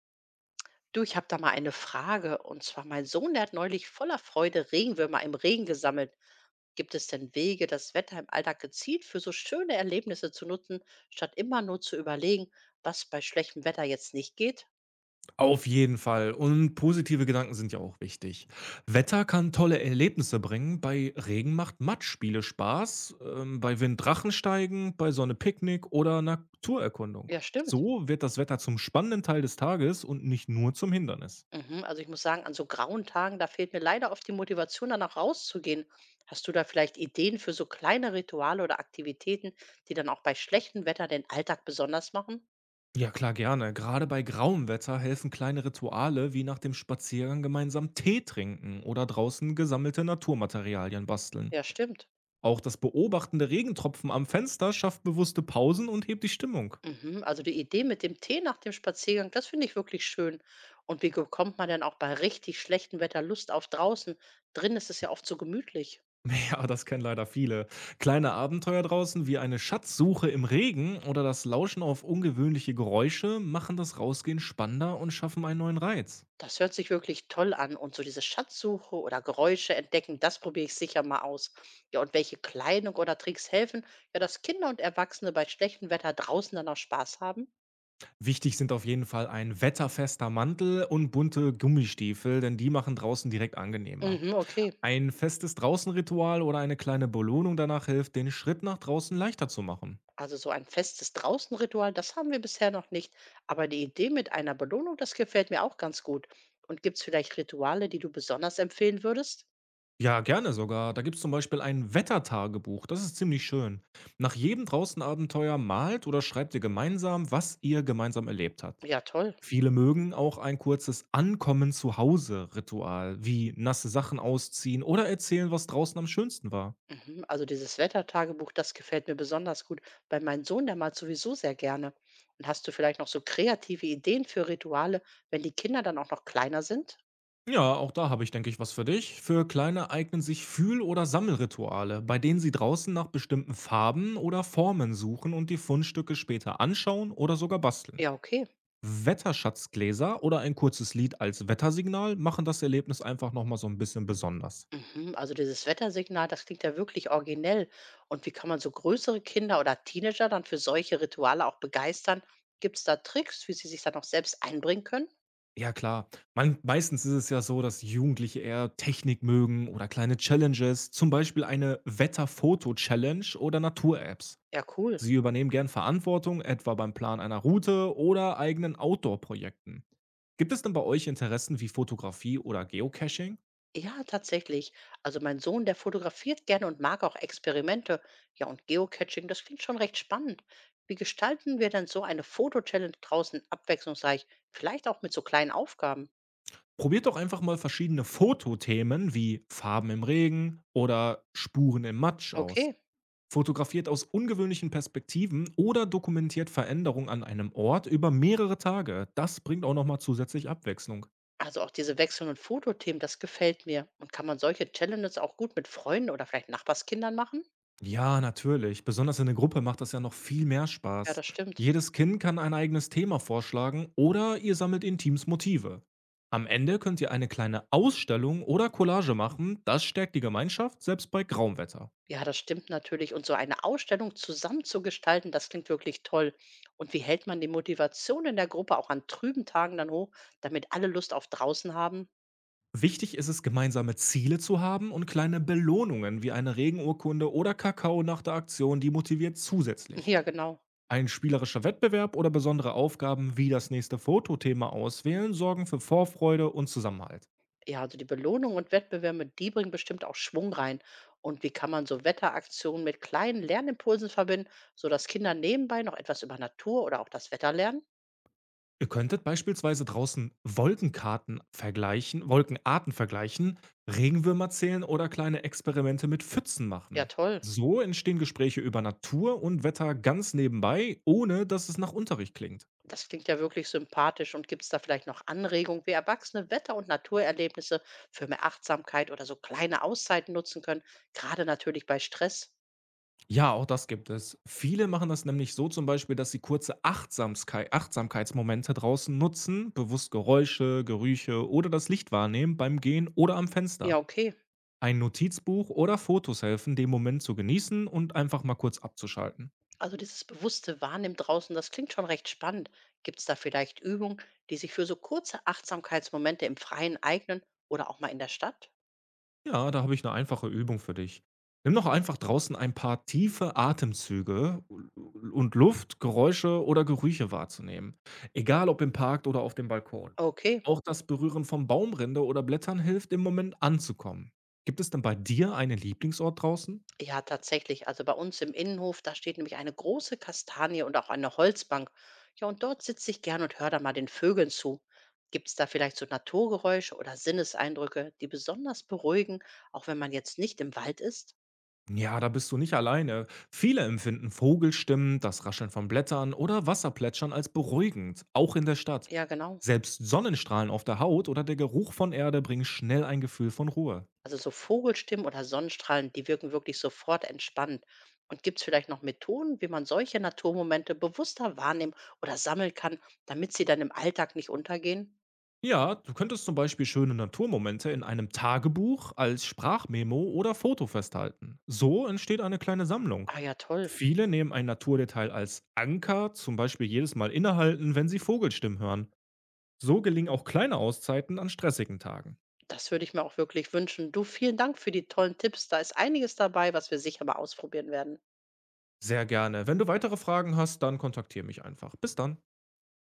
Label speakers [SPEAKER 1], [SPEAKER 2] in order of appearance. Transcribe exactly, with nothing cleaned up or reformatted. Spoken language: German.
[SPEAKER 1] Du, ich habe da mal eine Frage. Und zwar, mein Sohn, der hat neulich voller Freude Regenwürmer im Regen gesammelt. Gibt es denn Wege, das Wetter im Alltag gezielt für so schöne Erlebnisse zu nutzen, statt immer nur zu überlegen, was bei schlechtem Wetter jetzt nicht geht?
[SPEAKER 2] Auf jeden Fall. Und positive Gedanken sind ja auch wichtig. Wetter kann tolle Erlebnisse bringen. Bei Regen macht Matschspiele Spaß, ähm, bei Wind Drachensteigen, bei Sonne Picknick oder Naturerkundung.
[SPEAKER 1] Ja, stimmt.
[SPEAKER 2] So wird das Wetter zum spannenden Teil des Tages und nicht nur zum Hindernis.
[SPEAKER 1] Mhm, also ich muss sagen, an so grauen Tagen, da fehlt mir leider oft die Motivation, danach rauszugehen. Hast du da vielleicht Ideen für so kleine Rituale oder Aktivitäten, die dann auch bei schlechtem Wetter den Alltag besonders machen?
[SPEAKER 2] Ja, klar, gerne. Gerade bei grauem Wetter helfen kleine Rituale wie nach dem Spaziergang gemeinsam Tee trinken oder draußen gesammelte Naturmaterialien basteln.
[SPEAKER 1] Ja, stimmt.
[SPEAKER 2] Auch das Beobachten der Regentropfen am Fenster schafft bewusste Pausen und hebt die Stimmung.
[SPEAKER 1] Mhm, also die Idee mit dem Tee nach dem Spaziergang, das finde ich wirklich schön. Und wie bekommt man denn auch bei richtig schlechtem Wetter Lust auf draußen? Drin ist es ja oft so gemütlich.
[SPEAKER 2] Ja, das kennen leider viele. Kleine Abenteuer draußen wie eine Schatzsuche im Regen oder das Lauschen auf ungewöhnliche Geräusche machen das Rausgehen spannender und schaffen einen neuen Reiz.
[SPEAKER 1] Das hört sich wirklich toll an. Und so diese Schatzsuche oder Geräusche entdecken, das probiere ich sicher mal aus. Ja, und welche Kleidung oder Tricks helfen, ja, dass Kinder und Erwachsene bei schlechtem Wetter draußen dann auch Spaß haben?
[SPEAKER 2] Wichtig sind auf jeden Fall ein wetterfester Mantel und bunte Gummistiefel, denn die machen draußen direkt angenehmer.
[SPEAKER 1] Mhm, okay.
[SPEAKER 2] Ein festes Draußenritual oder eine kleine Belohnung danach hilft, den Schritt nach draußen leichter zu machen.
[SPEAKER 1] Also so ein festes Draußenritual, das haben wir bisher noch nicht. Aber die Idee mit einer Belohnung, das gefällt mir auch ganz gut. Und gibt es vielleicht Rituale, die du besonders empfehlen würdest?
[SPEAKER 2] Ja, gerne sogar. Da gibt's zum Beispiel ein Wettertagebuch. Das ist ziemlich schön. Nach jedem Draußenabenteuer malt oder schreibt ihr gemeinsam, was ihr gemeinsam erlebt habt.
[SPEAKER 1] Ja, toll.
[SPEAKER 2] Viele mögen auch ein kurzes Ankommen zu Hause-Ritual, wie nasse Sachen ausziehen oder erzählen, was draußen am schönsten war.
[SPEAKER 1] Mhm. Also dieses Wettertagebuch, das gefällt mir besonders gut, weil mein Sohn, der malt sowieso sehr gerne. Und hast du vielleicht noch so kreative Ideen für Rituale, wenn die Kinder dann auch noch kleiner sind?
[SPEAKER 2] Ja, auch da habe ich, denke ich, was für dich. Für Kleine eignen sich Fühl- oder Sammelrituale, bei denen sie draußen nach bestimmten Farben oder Formen suchen und die Fundstücke später anschauen oder sogar basteln.
[SPEAKER 1] Ja, okay.
[SPEAKER 2] Wetterschatzgläser oder ein kurzes Lied als Wettersignal machen das Erlebnis einfach noch mal so ein bisschen besonders.
[SPEAKER 1] Mhm, also dieses Wettersignal, das klingt ja wirklich originell. Und wie kann man so größere Kinder oder Teenager dann für solche Rituale auch begeistern? Gibt es da Tricks, wie sie sich dann auch selbst einbringen können?
[SPEAKER 2] Ja, klar. Man meistens ist es ja so, dass Jugendliche eher Technik mögen oder kleine Challenges, zum Beispiel eine Wetterfoto-Challenge oder Natur-Apps.
[SPEAKER 1] Ja, cool.
[SPEAKER 2] Sie übernehmen gern Verantwortung, etwa beim Plan einer Route oder eigenen Outdoor-Projekten. Gibt es denn bei euch Interessen wie Fotografie oder Geocaching?
[SPEAKER 1] Ja, tatsächlich. Also mein Sohn, der fotografiert gerne und mag auch Experimente. Ja, und Geocaching, das klingt schon recht spannend. Wie gestalten wir denn so eine Foto-Challenge draußen abwechslungsreich? Vielleicht auch mit so kleinen Aufgaben.
[SPEAKER 2] Probiert doch einfach mal verschiedene Fotothemen wie Farben im Regen oder Spuren im Matsch aus.
[SPEAKER 1] Okay.
[SPEAKER 2] Fotografiert aus ungewöhnlichen Perspektiven oder dokumentiert Veränderungen an einem Ort über mehrere Tage. Das bringt auch nochmal zusätzlich Abwechslung.
[SPEAKER 1] Also auch diese wechselnden Fotothemen, das gefällt mir. Und kann man solche Challenges auch gut mit Freunden oder vielleicht Nachbarskindern machen?
[SPEAKER 2] Ja, natürlich. Besonders in der Gruppe macht das ja noch viel mehr
[SPEAKER 1] Ja,
[SPEAKER 2] Spaß.
[SPEAKER 1] das stimmt.
[SPEAKER 2] Jedes Kind kann ein eigenes Thema vorschlagen oder ihr sammelt in Teams Motive. Am Ende könnt ihr eine kleine Ausstellung oder Collage machen. Das stärkt die Gemeinschaft, selbst bei grauem Wetter.
[SPEAKER 1] Ja, das stimmt natürlich. Und so eine Ausstellung zusammen zu gestalten, das klingt wirklich toll. Und wie hält man die Motivation in der Gruppe auch an trüben Tagen dann hoch, damit alle Lust auf draußen haben?
[SPEAKER 2] Wichtig ist es, gemeinsame Ziele zu haben und kleine Belohnungen wie eine Regenurkunde oder Kakao nach der Aktion, die motiviert zusätzlich.
[SPEAKER 1] Ja, genau.
[SPEAKER 2] Ein spielerischer Wettbewerb oder besondere Aufgaben wie das nächste Fotothema auswählen sorgen für Vorfreude und Zusammenhalt.
[SPEAKER 1] Ja, also die Belohnung und Wettbewerbe, die bringen bestimmt auch Schwung rein. Und wie kann man so Wetteraktionen mit kleinen Lernimpulsen verbinden, sodass Kinder nebenbei noch etwas über Natur oder auch das Wetter lernen?
[SPEAKER 2] Ihr könntet beispielsweise draußen Wolkenkarten vergleichen, Wolkenarten vergleichen, Regenwürmer zählen oder kleine Experimente mit Pfützen
[SPEAKER 1] Ja,
[SPEAKER 2] machen.
[SPEAKER 1] toll.
[SPEAKER 2] So entstehen Gespräche über Natur und Wetter ganz nebenbei, ohne dass es nach Unterricht klingt.
[SPEAKER 1] Das klingt ja wirklich sympathisch. Und gibt es da vielleicht noch Anregungen, wie Erwachsene Wetter- und Naturerlebnisse für mehr Achtsamkeit oder so kleine Auszeiten nutzen können? Gerade natürlich bei Stress.
[SPEAKER 2] Ja, auch das gibt es. Viele machen das nämlich so zum Beispiel, dass sie kurze Achtsamskei Achtsamkeitsmomente draußen nutzen, bewusst Geräusche, Gerüche oder das Licht wahrnehmen beim Gehen oder am
[SPEAKER 1] Ja,
[SPEAKER 2] Fenster.
[SPEAKER 1] okay.
[SPEAKER 2] Ein Notizbuch oder Fotos helfen, den Moment zu genießen und einfach mal kurz abzuschalten.
[SPEAKER 1] Also dieses bewusste Wahrnehmen draußen, das klingt schon recht spannend. Gibt es da vielleicht Übungen, die sich für so kurze Achtsamkeitsmomente im Freien eignen oder auch mal in der Stadt?
[SPEAKER 2] Ja, da habe ich eine einfache Übung für dich. Nimm doch einfach draußen ein paar tiefe Atemzüge und Luft, Geräusche oder Gerüche wahrzunehmen, egal ob im Park oder auf dem Balkon.
[SPEAKER 1] Okay.
[SPEAKER 2] Auch das Berühren von Baumrinde oder Blättern hilft, im Moment anzukommen. Gibt es denn bei dir einen Lieblingsort draußen?
[SPEAKER 1] Ja, tatsächlich. Also bei uns im Innenhof, da steht nämlich eine große Kastanie und auch eine Holzbank. Ja, und dort sitze ich gern und höre da mal den Vögeln zu. Gibt es da vielleicht so Naturgeräusche oder Sinneseindrücke, die besonders beruhigen, auch wenn man jetzt nicht im Wald ist?
[SPEAKER 2] Ja, da bist du nicht alleine. Viele empfinden Vogelstimmen, das Rascheln von Blättern oder Wasserplätschern als beruhigend, auch in der Stadt.
[SPEAKER 1] Ja, genau.
[SPEAKER 2] Selbst Sonnenstrahlen auf der Haut oder der Geruch von Erde bringen schnell ein Gefühl von Ruhe.
[SPEAKER 1] Also so Vogelstimmen oder Sonnenstrahlen, die wirken wirklich sofort entspannend. Und gibt es vielleicht noch Methoden, wie man solche Naturmomente bewusster wahrnehmen oder sammeln kann, damit sie dann im Alltag nicht untergehen?
[SPEAKER 2] Ja, du könntest zum Beispiel schöne Naturmomente in einem Tagebuch als Sprachmemo oder Foto festhalten. So entsteht eine kleine Sammlung.
[SPEAKER 1] Ah ja, toll.
[SPEAKER 2] Viele nehmen ein Naturdetail als Anker, zum Beispiel jedes Mal innehalten, wenn sie Vogelstimmen hören. So gelingen auch kleine Auszeiten an stressigen Tagen.
[SPEAKER 1] Das würde ich mir auch wirklich wünschen. Du, vielen Dank für die tollen Tipps. Da ist einiges dabei, was wir sicher mal ausprobieren werden.
[SPEAKER 2] Sehr gerne. Wenn du weitere Fragen hast, dann kontaktiere mich einfach. Bis dann.